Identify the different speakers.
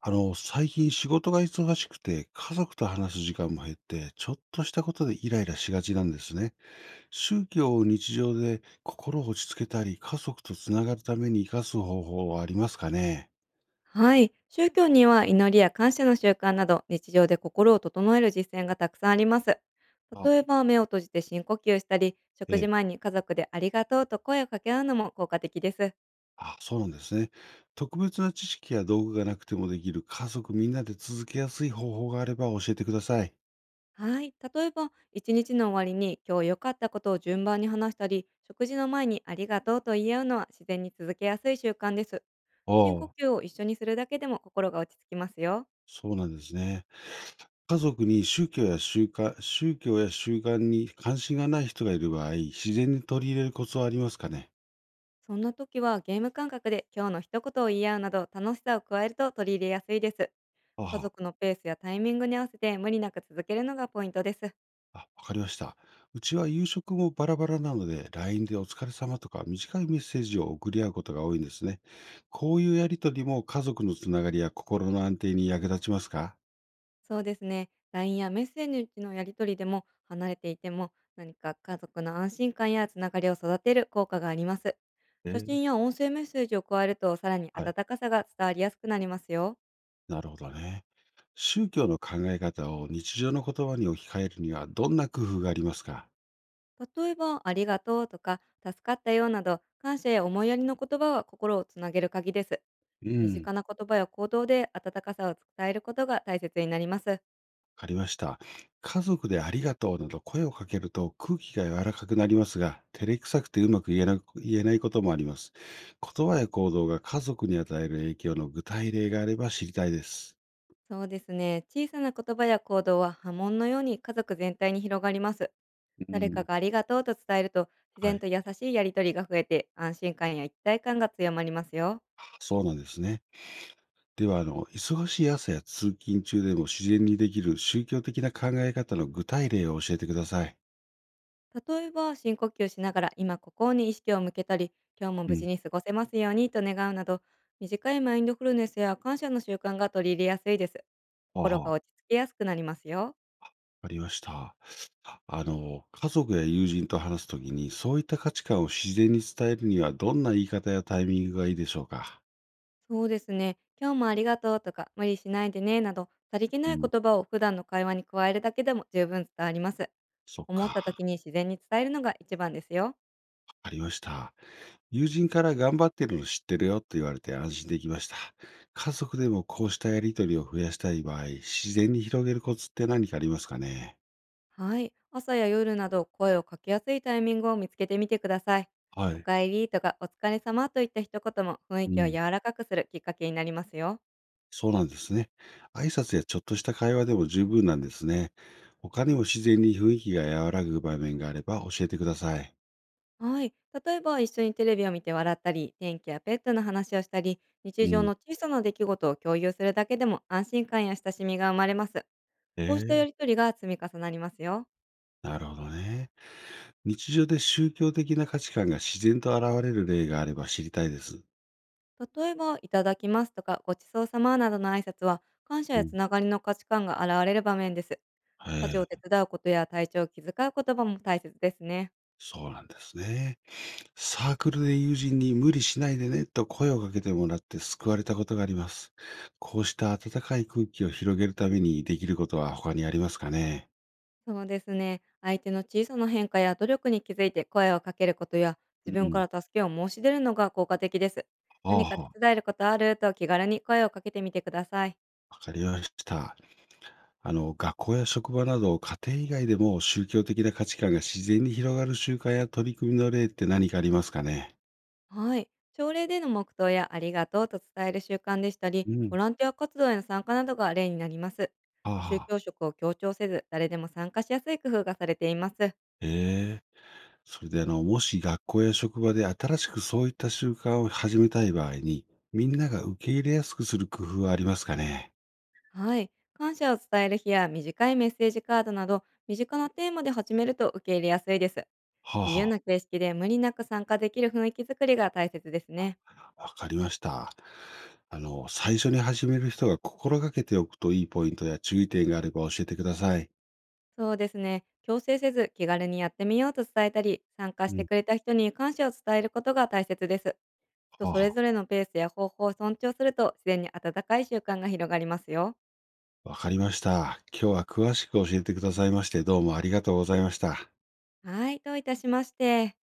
Speaker 1: 最近仕事が忙しくて、家族と話す時間も減って、ちょっとしたことでイライラしがちなんですね。宗教を日常で心を落ち着けたり、家族とつながるために生かす方法はありますかね。
Speaker 2: はい。宗教には祈りや感謝の習慣など、日常で心を整える実践がたくさんあります。例え
Speaker 1: あ
Speaker 2: ば目を閉じて深呼吸したり、
Speaker 1: え
Speaker 2: 食事
Speaker 1: え。
Speaker 2: 前に家族でありがとうと声を掛け合うのも効果的です。
Speaker 1: あ、そうなんですね。特別な知識や道具がなくてもできる家族みんなで続けやすい方法があれば教えてください。
Speaker 2: はい。例えば一日の終わりに今日良かったことを順番に話したり、食事の前にありがとうと言い合うのは、自然に続けやすい習慣です。
Speaker 1: あ
Speaker 2: 深呼
Speaker 1: あ、
Speaker 2: 吸を一緒にするだけでも心が落ち着きますよ。
Speaker 1: そうなんですね。家族に宗教や習慣に関心がない人がいる場合、自然に取り入れるコツはありますかね？
Speaker 2: そんな時はゲーム感覚で今日の一言を言い合うなど、楽しさを加えると取り入れやすいです。
Speaker 1: あ
Speaker 2: 家
Speaker 1: は、
Speaker 2: 族のペースやタイミングに合わせて、無理なく続けるのがポイントです。
Speaker 1: あ、わかりました。うちは夕食もバラバラなので、LINE でお疲れ様とか短いメッセージを送り合うことが多いんですね。こういうやりとりも家族のつながりや心の安定に役立ちますか？
Speaker 2: そうですね。LINE やメッセージのやり取りでも、離れていても何か家族の安心感やつながりを育てる効果があります。
Speaker 1: え
Speaker 2: 写
Speaker 1: ー、
Speaker 2: 真や音声メッセージを加えると、さらに
Speaker 1: はい、
Speaker 2: 温かさが伝わりやすくなりますよ。
Speaker 1: なるほどね。宗教の考え方を日常の言葉に置き換えるにはどんな工夫がありますか？
Speaker 2: 例えば、ありがとうとか、助かったよなど、感謝や思いやりの言葉は心をつなげる鍵です。
Speaker 1: う
Speaker 2: 身
Speaker 1: ん。
Speaker 2: 近な言葉や行動で温かさを伝えることが大切になります。
Speaker 1: かりました。家族でありがとうなど声をかけると空気が柔らかくなりますが、照れくさくてうまく言えないこともあります。言葉や行動が家族に与える影響の具体例があれば知りたいです。
Speaker 2: そうですね。小さな言葉や行動は、波紋のように家族全体に広がります。
Speaker 1: う
Speaker 2: 誰か
Speaker 1: ん、
Speaker 2: がありがとうと伝えると、自
Speaker 1: は
Speaker 2: 然
Speaker 1: い。
Speaker 2: と優しいやりとりが増えて、安心感や一体感が強まりますよ。
Speaker 1: あ、そうなんですね。では、忙しい朝や通勤中でも自然にできる宗教的な考え方の具体例を教えてください。
Speaker 2: 例えば、深呼吸しながら今ここに意識を向けたり、今日も
Speaker 1: う
Speaker 2: 無事
Speaker 1: ん、
Speaker 2: に過ごせますようにと願うなど、短いマインドフルネスや感謝の習慣が取り入れやすいです。
Speaker 1: あ、
Speaker 2: 心が
Speaker 1: あ、
Speaker 2: 落ち着きやすくなりますよ。
Speaker 1: ありました。家族や友人と話すときに、そういった価値観を自然に伝えるには、どんな言い方やタイミングがいいでしょうか。
Speaker 2: そうですね。今日もありがとうとか、無理しないでね、など、さりげ
Speaker 1: う
Speaker 2: ない
Speaker 1: ん、
Speaker 2: 言葉を普段の会話に加えるだけでも十分伝わります。
Speaker 1: そっ
Speaker 2: 思っ
Speaker 1: か、
Speaker 2: た時に自然に伝えるのが一番ですよ。
Speaker 1: ありました。友人から頑張ってるの知ってるよって言われて安心できました。家族でもこうしたやりとりを増やしたい場合、自然に広げるコツって何かありますかね。
Speaker 2: はい。朝や夜など、声をかけやすいタイミングを見つけてみてください。
Speaker 1: は
Speaker 2: お
Speaker 1: い。
Speaker 2: かえりとかお疲れ様といった一言も、雰囲
Speaker 1: う
Speaker 2: 気を
Speaker 1: ん、
Speaker 2: 柔らかくするきっかけになりますよ。
Speaker 1: そうなんですね。挨拶やちょっとした会話でも十分なんですね。他にも自然に雰囲気が和らぐ場面があれば教えてください。
Speaker 2: はい。例えば一緒にテレビを見て笑ったり、天気やペットの話をしたり、日
Speaker 1: う
Speaker 2: 常
Speaker 1: ん。
Speaker 2: の小さな出来事を共有するだけでも、安心感や親しみが生まれます。こうしたや
Speaker 1: え
Speaker 2: り
Speaker 1: え、
Speaker 2: 取りが積み重なりますよ。
Speaker 1: なるほどね。日常で宗教的な価値観が自然と現れる例があれば知りたいです。
Speaker 2: 例えば、いただきますとか、ごちそうさまなどの挨拶は、感謝
Speaker 1: う
Speaker 2: や
Speaker 1: ん。
Speaker 2: つながりの価値観が現れる場面です。
Speaker 1: え
Speaker 2: 家事を
Speaker 1: え、
Speaker 2: 手伝うことや体調を気遣う言葉も大切ですね。
Speaker 1: そうなんですね。サークルで友人に無理しないでねと声をかけてもらって救われたことがあります。こうした温かい空気を広げるためにできることは他にありますかね。
Speaker 2: そうですね。相手の小さな変化や努力に気づいて声をかけることや、
Speaker 1: う
Speaker 2: 自分
Speaker 1: ん。
Speaker 2: から助けを申し出るのが効果的です。何
Speaker 1: あ、
Speaker 2: か手
Speaker 1: あ、
Speaker 2: 伝えることあると気軽に声をかけてみてください。
Speaker 1: わかりました。学校や職場など家庭以外でも宗教的な価値観が自然に広がる習慣や取り組みの例って何かありますかね。
Speaker 2: はい。朝礼での黙祷やありがとうと伝える習慣でしたり、
Speaker 1: う
Speaker 2: ボ
Speaker 1: ん、
Speaker 2: ランティア活動への参加などが例になります。
Speaker 1: はあは
Speaker 2: 宗
Speaker 1: あ。
Speaker 2: 教色を強調せず、誰でも参加しやすい工夫がされています。
Speaker 1: ええ。それでもし学校や職場で新しくそういった習慣を始めたい場合に、みんなが受け入れやすくする工夫はありますかね？
Speaker 2: はい。感謝を伝える日や短いメッセージカードなど、身近なテーマで始めると受け入れやすいです。
Speaker 1: はあ
Speaker 2: 自由
Speaker 1: は
Speaker 2: な形式で無理なく参加できる雰囲気づくりが大切です
Speaker 1: あ。
Speaker 2: ね。
Speaker 1: あ、わかりました。最初に始める人が心がけておくといいポイントや注意点があれば教えてください。
Speaker 2: そうですね。強制せず気軽にやってみようと伝えたり、参加し
Speaker 1: う
Speaker 2: て
Speaker 1: ん。
Speaker 2: くれた人に感謝を伝えることが大切です。人
Speaker 1: はあ
Speaker 2: そ
Speaker 1: は
Speaker 2: れ
Speaker 1: あ。
Speaker 2: ぞれのペースや方法を尊重すると、自然に温かい習慣が広がりますよ。
Speaker 1: わかりました。今日は詳しく教えてくださいまして、どうもありがとうございました。
Speaker 2: はい、どういたしまして。